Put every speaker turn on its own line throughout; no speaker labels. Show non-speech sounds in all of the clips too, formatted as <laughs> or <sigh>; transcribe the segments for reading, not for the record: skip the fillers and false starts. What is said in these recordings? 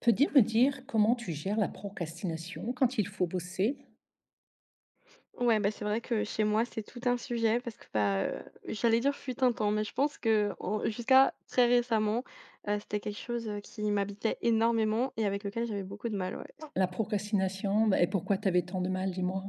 Peux-tu me dire comment tu gères la procrastination quand il faut bosser?
Ouais, bah, c'est vrai que chez moi, c'est tout un sujet parce que bah, j'allais dire fut un temps, mais je pense qu'en jusqu'à très récemment, c'était quelque chose, qui m'habitait énormément et avec lequel j'avais beaucoup de mal, ouais.
La procrastination, bah et pourquoi tu avais tant de mal, dis-moi?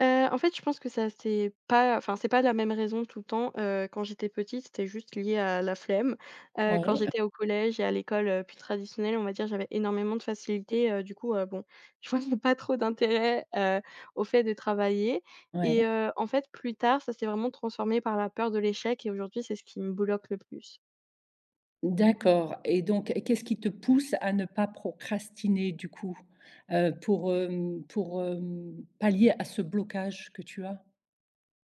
En fait, je pense que ça c'est pas la même raison tout le temps. Quand j'étais petite, c'était juste lié à la flemme. Quand
Ouais,
j'étais au collège et à l'école, plus traditionnelle, on va dire, j'avais énormément de facilité. Du coup, bon, <laughs> je voyais pas trop d'intérêt, au fait de travailler
ouais.
et en fait, plus tard, ça s'est vraiment transformé par la peur de l'échec et aujourd'hui, c'est ce qui me bloque le plus.
D'accord et donc qu'est-ce qui te pousse à ne pas procrastiner du coup? Pallier à ce blocage que tu as?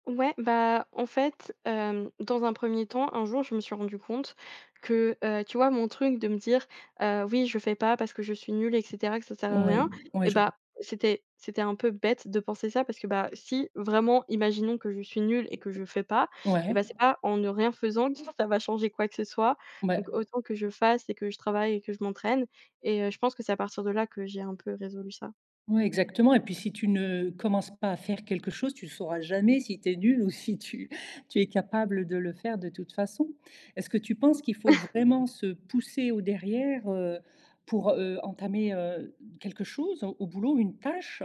Ouais, bah, en fait, dans un premier temps, un jour, je me suis rendu compte que, tu vois, mon truc de me dire, «Oui, je fais pas parce que je suis nulle et cetera, que ça sert à rien»
Oui, oui,
et
je vois.
bah, c'était un peu bête de penser ça parce que, bah, si vraiment, imaginons que je suis nulle et que je fais pas et
Ouais.
bah, c'est pas en ne rien faisant que ça va changer quoi que ce soit.
Ouais.
Donc autant que je fasse et que je travaille et que je m'entraîne et je pense que c'est à partir de là que j'ai un peu résolu ça.
Ouais, exactement et puis si tu ne commences pas à faire quelque chose, tu ne sauras jamais si tu es nul ou si tu <laughs> tu es capable de le faire de toute façon. Est-ce que tu penses qu'il faut vraiment se pousser au derrière, pour, entamer, quelque chose au boulot, une tâche,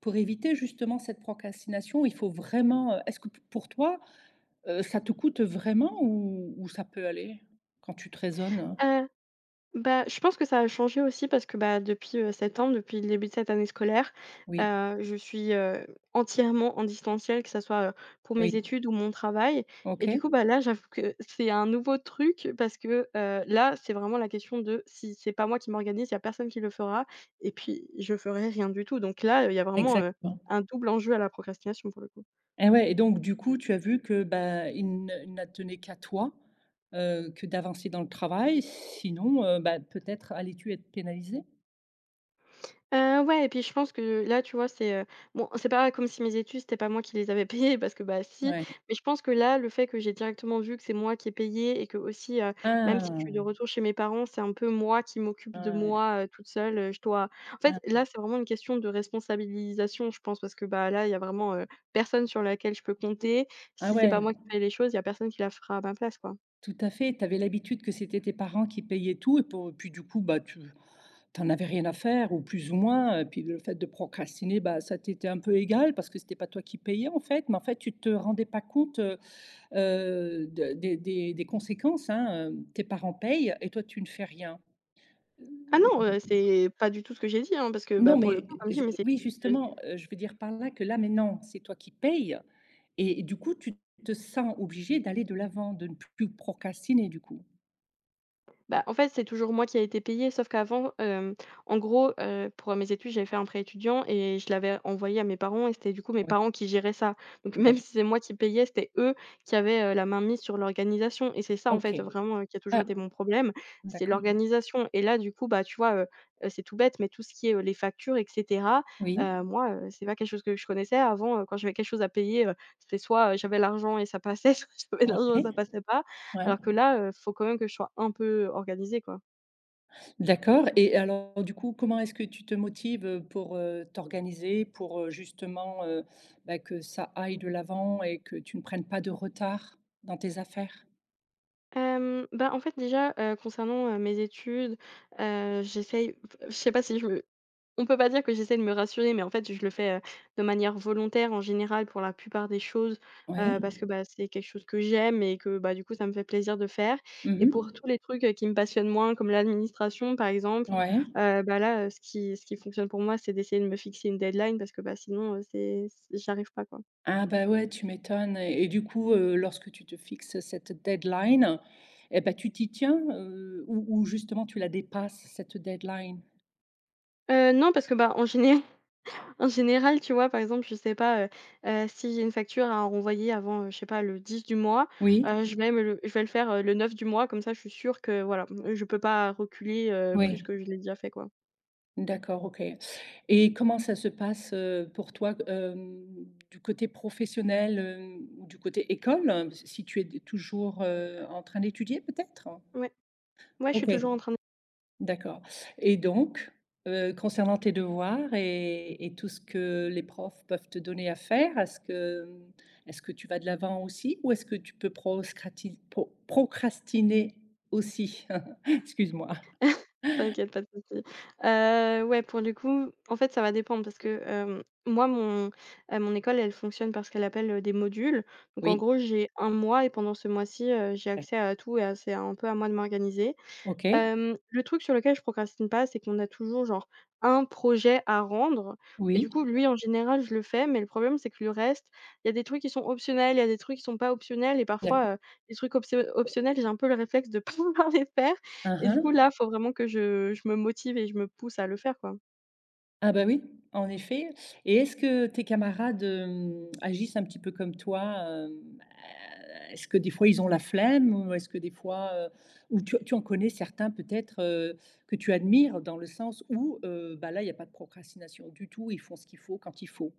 pour éviter justement cette procrastination? Il faut vraiment, est-ce que p pour toi, ça te coûte vraiment ou ça peut aller? Quand tu te raisonnes?
Heu Bah, je pense que ça a changé aussi parce que, bah, depuis, septembre, depuis le début de cette année scolaire,
Oui,
je suis, entièrement en distanciel, que ça soit, pour
oui,
mes études ou mon travail et du
OK,
coup, bah, là, j'avoue que c'est un nouveau truc parce que, là, c'est vraiment la question de si c'est pas moi qui m'organise, il y a personne qui le fera et puis je ferai rien du tout. Donc là, il y a vraiment,
exactement.
un double enjeu à la procrastination pour le coup.
Et ouais et donc du coup, tu as vu que, bah, il ne il n'attenait qu'à toi, que d'avancer dans le travail, sinon, bah, peut-être allais-tu être pénalisé.
Ouais, et puis je pense que là, tu vois, c'est, bon, c'est pas comme si mes études, c'était pas moi qui les avais <laughs> payées parce que, bah, si,
Ouais.
mais je pense que là, le fait que j'ai directement vu que c'est moi qui ai payé et qu'aussi, même si je
Ah!
suis de retour chez mes parents, c'est un peu moi qui m'occupe de
Ouais,
moi, toute seule, je dois en fait,
ouais.
là, c'est vraiment une question de responsabilisation, je pense, parce que, bah, là, il y a vraiment, personne sur laquelle je peux compter.
Ah
Si c'est pas
ouais,
moi qui paye les choses, il y a personne qui la fera à ma place, quoi.
tout à fait. Tu avais l'habitude que c'était tes parents qui payaient tout et pour puis du coup, bah, tu avais rien à faire ou plus ou moins, puis le fait de procrastiner, bah, ça t'était un peu égal parce que c'était pas toi qui payais en fait, mais en fait, tu te rendais pas compte, de des conséquences, hein, hem, tes parents payent et toi tu ne fais rien.
Ah non, c'est pas du tout ce que j'ai dit, hein, parce que,
Non,
bah, pour le
mais
coup, comme dit,
je
mais c'est.
oui, justement, je veux dire par là que là, maintenant, c'est toi qui payes et du coup, tu te sens obligé d'aller de l'avant, de ne plus procrastiner, du coup?
Bah, en fait, c'est toujours moi qui a été payée, sauf qu'avant, en gros, pour mes études, j'avais fait un prêt étudiant et je l'avais envoyé à mes parents et c'était du coup mes
Oui,
parents qui géraient ça. Donc même
d'accord.
si c'est moi qui payais, c'était eux qui avaient, la main mise sur l'organisation, et c'est ça, en
OK.
fait, vraiment, qui a toujours
Ah,
été mon problème, c'est
d'accord.
l'organisation, et là, du coup, bah, tu vois, c'est tout bête, mais tout ce qui est, les factures et cetera,
Oui.
moi, c'est pas quelque chose que je connaissais. Avant, quand j'avais quelque chose à payer, c'était soit, j'avais l'argent et ça passait, <laughs> soit j'avais
Ouais,
l'argent et ça passait pas.
ouais.
Alors que là, faut quand même que je sois un peu organisée, quoi.
D'accord et alors du coup, comment est-ce que tu te motives, pour, t'organiser, pour, justement, bah, que ça aille de l'avant et que tu ne prennes pas de retard dans tes affaires?
Bah, en fait, déjà, concernant, mes études, j'essaye f je sais pas si je me on peut pas dire que j'essaye de me rassurer, mais en fait, je le fais, de manière volontaire en général pour la plupart des choses,
Oui.
parce que, bah, c'est quelque chose que j'aime et que, bah, du coup, ça me fait plaisir de faire, et pour
Mhm.
tous les trucs, qui me passionnent moins, comme l'administration, par exemple,
Ouais.
bah, là, ce qui fonctionne pour moi, c'est d'essayer de me fixer une deadline, parce que, bah, sinon, c'est c j'y pas, quoi.
Ah bah, ouais, tu m'étonnes et du coup, lorsque tu te fixes cette deadline et ben tu t'y tiens, ou justement tu la dépasses cette deadline?
Non, parce que, bah, en général, tu vois, par exemple, je sais pas, si j'ai une facture à renvoyer avant, je sais pas, le 10 du mois,
Oui?
je vais le faire, le 9 du mois, comme ça, je suis sûre que voilà, mmh, je peux pas reculer, plus
Oui.
que je l'ai déjà fait, quoi.
D'accord, OK et comment ça se passe, pour toi, hem, du côté professionnel, hem, ou du côté école, si tu es toujours, en train d'étudier peut-être?
Ouais, ouais, je suis toujours en
OK.
train de.
D'accord et donc, concernant tes devoirs et tout ce que les profs peuvent te donner à faire, est-ce que, mmh, est-ce que tu vas de l'avant aussi ou est-ce que tu peux proscrati pro procrastiner aussi? <laughs> Excuse-moi.
<laughs> T'inquiète, pas de souci. Ouais, pour le coup, en fait, ça va dépendre parce que, moi, mon école, elle fonctionne par ce qu'elle appelle, des modules. Donc en
Oui.
gros, j'ai un mois et pendant ce mois-ci, j'ai accès à tout et à c'est un peu à moi de m'organiser.
OK.
Le truc sur lequel je procrastine pas, c'est qu'on a toujours genre un projet à rendre et du
Oui.
coup, lui, en général, je le fais, mais le problème, c'est que le reste, il y a des trucs qui sont optionnels, il y a des trucs qui sont pas optionnels, et
D'accord.
parfois, les trucs optionnels, j'ai un peu le réflexe de <laughs> pas vouloir les faire,
Mmh
et du coup,
mh.
là, faut vraiment que je me motive et je me pousse à le faire, quoi.
Ah bah oui, en effet et est-ce que tes camarades, hem, agissent un petit peu comme toi? Hem, bah, est-ce que des fois ils ont la flemme ou est-ce que des fois, ou tu en connais certains peut-être, que tu admires dans le sens où, bah, là, il y a pas de procrastination du tout, ils font ce qu'il faut quand il faut?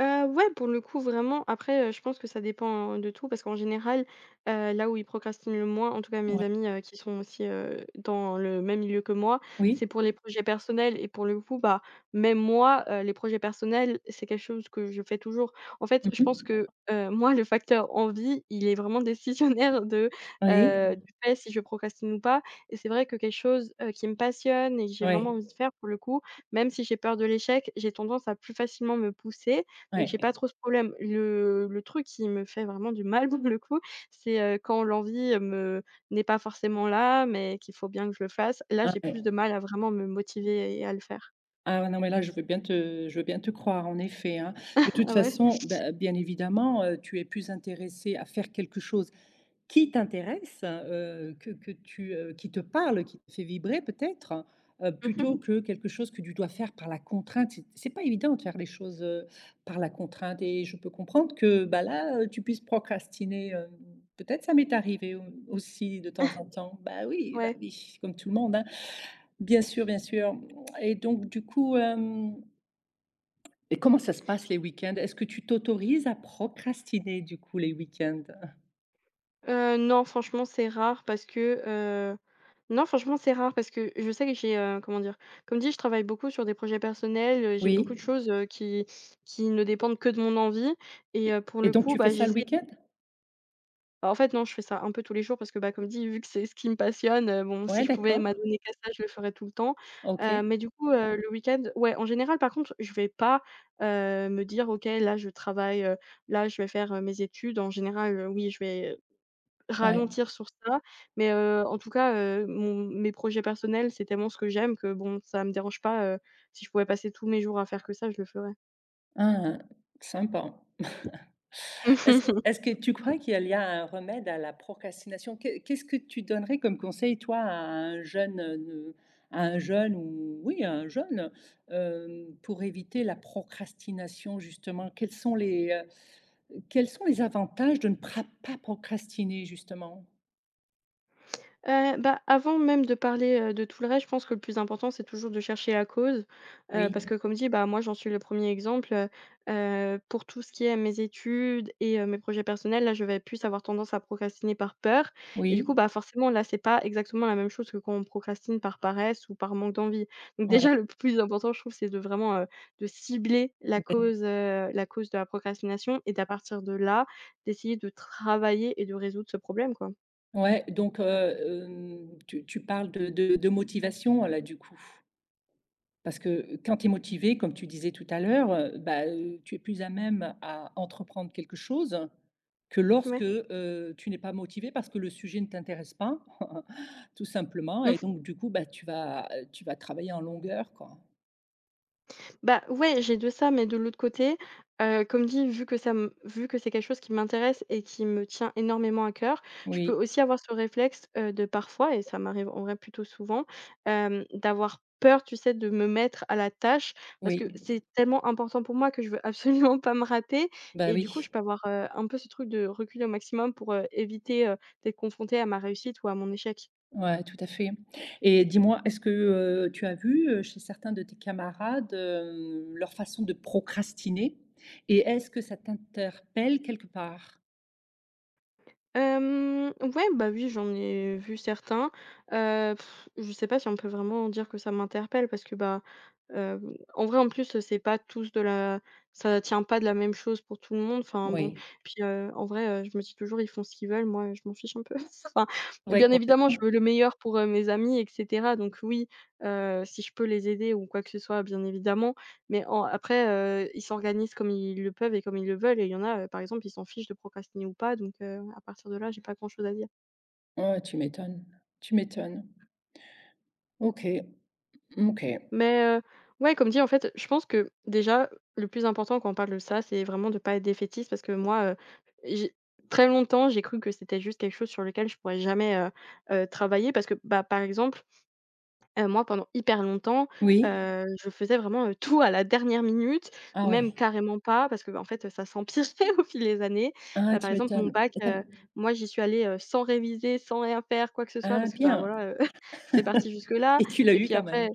Ouais, pour le coup, vraiment. Après, je pense que ça dépend de tout parce qu'en général, là où ils procrastinent le moins, en tout cas mes
Ouais.
amis, qui sont aussi, dans le même milieu que moi, c'est
Oui?
pour les projets personnels, et pour le coup, bah, même moi, les projets personnels, c'est quelque chose que je fais toujours. En fait,
Mmh
je pense
mh.
que, moi, le facteur envie, il est vraiment <laughs> décisionnaire du
Oui,
fait si je procrastine ou pas, et c'est vrai que quelque chose, qui me passionne et que j'ai vraiment
ouais,
envie de faire pour le coup, même si j'ai peur de l'échec, j'ai tendance à plus facilement me pousser, donc j'ai
ouais,
pas trop ce problème. Le truc qui me fait vraiment du mal <laughs> pour le coup, c'est, quand l'envie, me n'est pas forcément là, mais qu'il faut bien que je le fasse. Là,
ah
j'ai
ouais.
plus de mal à vraiment me motiver et à le faire.
Ah ouais, non mais là, je veux bien te croire en effet, hein. De toute
Ah ouais?
façon, bah, bien évidemment, tu es plus intéressé à faire quelque chose qui t'intéresse, que qui te parle, qui te fait vibrer peut-être,
Mmh.
plutôt que quelque chose que tu dois faire par la contrainte. C'est pas évident de faire les choses, par la contrainte et je peux comprendre que, bah, là, tu puisses procrastiner, peut-être ça m'est arrivé au aussi de temps en
<laughs>
temps. Bah,
Ouais.
oui, comme tout le monde, hein. Bien sûr et donc du coup, hem et comment ça se passe les week-ends? Est-ce que tu t'autorises à procrastiner du coup les week-ends?
Non, franchement, c'est rare parce que, heu, non, franchement, c'est rare parce que je sais que j'ai, comment dire? Comme dit, je travaille beaucoup sur des projets personnels, j'ai beaucoup de
Oui
choses, qui ne dépendent que de mon envie, et
et
pour le
donc
coup,
tu fais
bah,
ça le
j'essaie.
week-end?
Bah, en fait, non, je fais ça un peu tous les jours parce que, bah, comme dit, vu que c'est ce qui me passionne, bon,
Ouais,
si je pouvais
d'accord.
m'adonner qu'à ça, je le ferais tout le temps.
OK.
Mais du coup, le week-end, ouais, en général, par contre, je vais pas, me dire: «OK, là, je travaille, là, je vais faire, mes études». En général, oui, je vais,
Ouais.
ralentir sur ça, mais en tout cas, mon mes projets personnels, c'est tellement ce que j'aime que, bon, ça me dérange pas, si je pouvais passer tous mes jours à faire que ça, je le ferais.
Ah, sympa. Est-ce
<laughs>
Est-ce que tu crois qu'il y a un remède à la procrastination? Qu'est-ce que tu donnerais comme conseil, toi, à un jeune ou oui, à un jeune, hem, pour éviter la procrastination, justement? Quels sont les avantages de ne pra pas procrastiner, justement?
Bah, avant même de parler, de tout le reste, je pense que le plus important, c'est toujours de chercher la cause,
Oui,
parce que comme dit, bah, moi, j'en suis le premier exemple, pour tout ce qui est mes études et mes projets personnels, là, je vais plus avoir tendance à procrastiner par peur, et du
oui,
coup, bah, forcément, là, c'est pas exactement la même chose que quand on procrastine par paresse ou par manque d'envie. Donc
ouais,
déjà, le plus important, je trouve, c'est de vraiment, de cibler la cause, de la procrastination, et d'à partir de là, d'essayer de travailler et de résoudre ce problème, quoi.
ouais, donc hem, tu parles de motivation, là, du coup? Parce que quand tu es motivé, comme tu disais tout à l'heure, bah, tu es plus à même à entreprendre quelque chose que lorsque,
Ouais.
tu n'es pas motivé parce que le sujet ne t'intéresse pas, <laughs> tout simplement et donc du coup, bah, tu vas travailler en longueur, quoi.
Bah, ouais, j'ai de ça, mais de l'autre côté, comme dit, vu que c'est quelque chose qui m'intéresse et qui me tient énormément à cœur, je peux
Oui,
aussi avoir ce réflexe, de parfois et ça m'arrive en vrai plutôt souvent, d'avoir peur, tu sais, de me mettre à la tâche parce
oui,
que c'est tellement important pour moi que je veux absolument <laughs> pas me rater
bah,
et du coup,
oui,
je peux avoir, un peu ce truc de reculer au maximum pour, éviter, d'être confrontée à ma réussite ou à mon échec.
ouais, tout à fait et dis-moi, est-ce que, tu as vu, chez certains de tes camarades, hem, leur façon de procrastiner et est-ce que ça t'interpelle quelque part?
Ouais, bah, oui, j'en ai vu certains. Heu, je sais pas si on peut vraiment dire que ça m'interpelle parce que, bah, en vrai, en plus, c'est pas tous de la ça tient pas de la même chose pour tout le monde. Enfin, bon,
Oui,
puis, en vrai, je me dis toujours: «Ils font ce qu'ils veulent». Moi, je m'en fiche un peu. <laughs> Enfin,
ouais,
bien évidemment, je
complètement.
veux le meilleur pour, mes amis et cetera. Donc oui, si je peux les aider ou quoi que ce soit, bien évidemment. Mais en après, ils s'organisent comme ils le peuvent et comme ils le veulent et il y en a, par exemple, ils s'en fichent de procrastiner ou pas donc à partir de là, j'ai pas grand-chose à dire.
Ouais, tu m'étonnes, tu m'étonnes. OK, OK.
Mais ouais, comme dit, en fait, je pense que déjà, le plus important quand on parle de ça, c'est vraiment de pas être défaitiste parce que moi, j'ai très longtemps, j'ai cru que c'était juste quelque chose sur lequel je pourrais jamais, travailler parce que, bah, par exemple. Moi pendant hyper longtemps,
Oui?
je faisais vraiment, tout à la dernière minute
Ah
ou même
ouais.
carrément pas parce que, bah, en fait, ça s'empirait <laughs> au fil des années.
Ah,
Par
tu
exemple mon
m'étonnes.
bac,
Et tu
moi j'y suis allée, sans réviser, sans rien faire, quoi que ce soit
ah
parce que, bah,
bien!
voilà, <laughs> c'est parti jusque-là
Et tu l'as
et
eu
puis
quand même?
après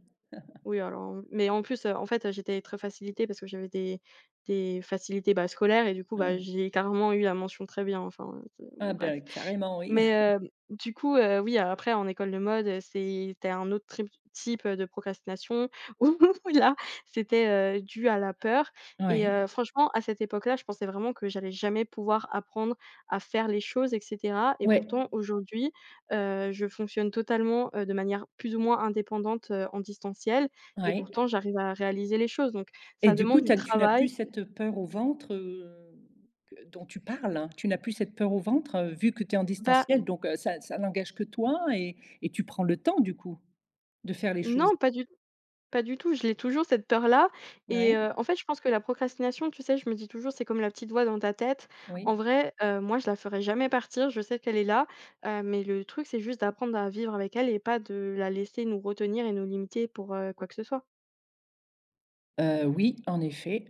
oui alors, mais en plus, en fait, j'étais très facilitée parce que j'avais des facilités, bah, scolaires et du coup,
Ah
bah,
ouais.
j'ai carrément eu la mention très bien, enfin, bon
Ah
bref.
ben, carrément, oui.
Mais, du coup, oui, après en école de mode, c'est tu un autre trip type de procrastination <laughs> où là, c'était, dû à la peur et
Ouais.
franchement, à cette époque-là, je pensais vraiment que j'allais jamais pouvoir apprendre à faire les choses et cetera et
Ouais,
pourtant aujourd'hui, je fonctionne totalement, de manière plus ou moins indépendante, en distanciel et
ouais.
pourtant j'arrive à réaliser les choses donc
Et
ça
du coup,
demande du
tu n'as
travail.
plus cette peur au ventre, que dont tu parles? Hein. Tu n'as plus cette peur au ventre, vu que tu es en
Bah,
distanciel, donc ça n'engage que toi et tu prends le temps, du coup, de faire les choses?
non, pas du Pas du tout, je l'ai toujours cette peur-là et
Oui,
en fait, je pense que la procrastination, tu sais, je me dis toujours: «C'est comme la petite voix dans ta tête».
oui.
En vrai, moi, je la ferai jamais partir, je sais qu'elle est là, mais le truc, c'est juste d'apprendre à vivre avec elle et pas de la laisser nous retenir et nous limiter pour, quoi que ce soit.
Oui, en effet.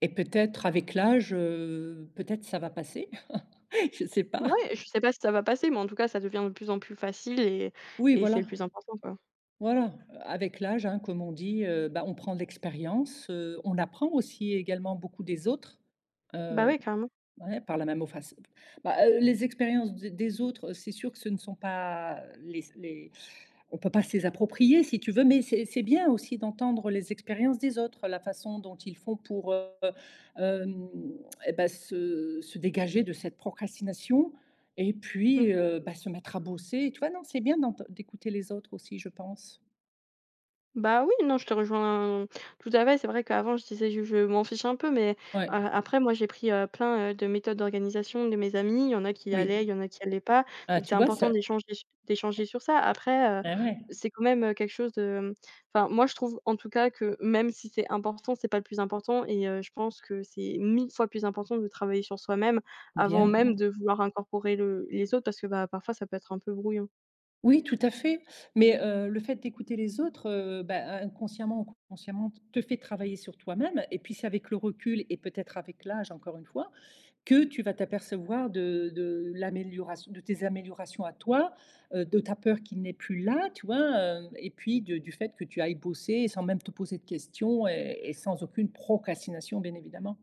Et peut-être avec l'âge, peut-être ça va passer, <laughs> je ne sais pas.
Ouais, je sais pas si ça va passer, mais en tout cas, ça devient de plus en plus facile
Oui,
et c'est
voilà,
le plus important, quoi.
voilà, avec l'âge, hein, comme on dit, bah, on prend de l'expérience, on apprend aussi également beaucoup des autres,
Bah,
heu,
ouais, carrément.
ouais, par la même ofaçon. Bah, les expériences des autres, c'est sûr que ce ne sont pas les les On peut pas se les approprier si tu veux, mais c'est bien aussi d'entendre les expériences des autres, la façon dont ils font pour, hem, et bah, se dégager de cette procrastination et puis,
Mmh.
bah, se mettre à bosser. Tu vois? Non, c'est bien d'écouter les autres aussi, je pense.
Bah, oui, non, je te rejoins tout à fait. C'est vrai qu'avant, je disais: Je m'en fiche un peu», mais
Ouais,
après moi, j'ai pris, plein, de méthodes d'organisation de mes amis. Il y en a qui
oui.
allaient, il y en a qui allaient pas.
Ah,
Donc c'est
tu vois ça
important d'échanger sur ça. Après,
ah ouais,
c'est quand même, quelque chose de, enfin, moi, je trouve en tout cas que même si c'est important, c'est pas le plus important et je pense que c'est 1000 fois plus important de travailler sur soi-même avant
bien.
même de vouloir incorporer le les autres parce que, bah, parfois ça peut être un peu brouillon.
Oui, tout à fait, mais, le fait d'écouter les autres, bah, inconsciemment ou consciemment, te fait travailler sur toi-même et puis c'est avec le recul et peut-être avec l'âge, encore une fois, que tu vas t'apercevoir de l'amélioration de tes améliorations à toi, de ta peur qui n'est plus là, tu vois? Et puis de du fait que tu ailles bosser sans même te poser de questions et sans aucune procrastination, bien évidemment.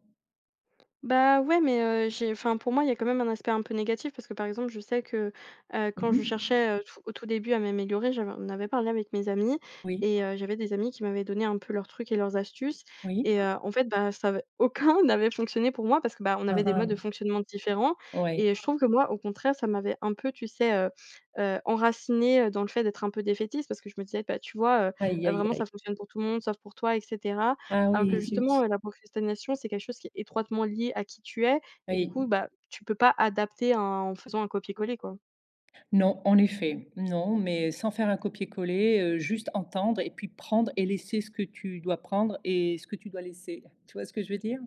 Bah, ouais, mais j'ai enfin, pour moi, il y a quand même un aspect un peu négatif parce que, par exemple, je sais que, quand
Mmh
je
mh.
cherchais, tout début à m'améliorer, j'avais on avait parlé avec mes amis
Oui,
et j'avais des amis qui m'avaient donné un peu leurs trucs et leurs astuces
oui.
et en fait, bah, ça avait <laughs> aucun n'avait fonctionné pour moi parce que, bah, on avait des
Ah
modes de fonctionnement différents
ah, ouais.
et je trouve que moi, au contraire, ça m'avait un peu, tu sais, enracinée, dans le fait d'être un peu défaitiste parce que je me disais: «Bah, tu vois,
Aïe, aïe,
vraiment
aïe.
ça fonctionne pour tout le monde sauf pour toi» etc.
Ah
Alors que
oui, zut.
justement, la procrastination, c'est quelque chose qui est étroitement lié à qui tu es et du
Oui.
coup, bah, tu peux pas adapter un en faisant un copier-coller, quoi.
Non, en effet. Non, mais sans faire un copier-coller, juste entendre et puis prendre et laisser ce que tu dois prendre et ce que tu dois laisser. Tu vois ce que je veux dire?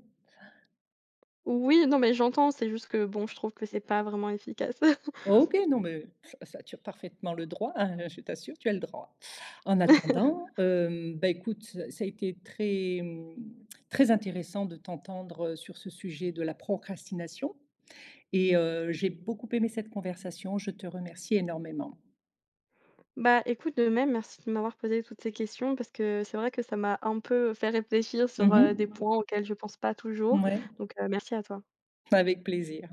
Oui, non, mais j'entends, c'est juste que bon, je trouve que c'est pas vraiment efficace.
OK, non, mais tu as parfaitement le droit, hein, je t'assure, tu as le droit. En
<laughs>
attendant, hem, bah, écoute, ça a été très, mmh, très intéressant de t'entendre, sur ce sujet de la procrastination et j'ai beaucoup aimé cette conversation. Je te remercie énormément.
Bah, écoute, de même, merci de m'avoir posé toutes ces questions parce que c'est vrai que ça m'a un peu fait réfléchir
Mmh
sur, des
mh.
points auxquels je pense pas toujours, donc merci à toi.
Avec plaisir.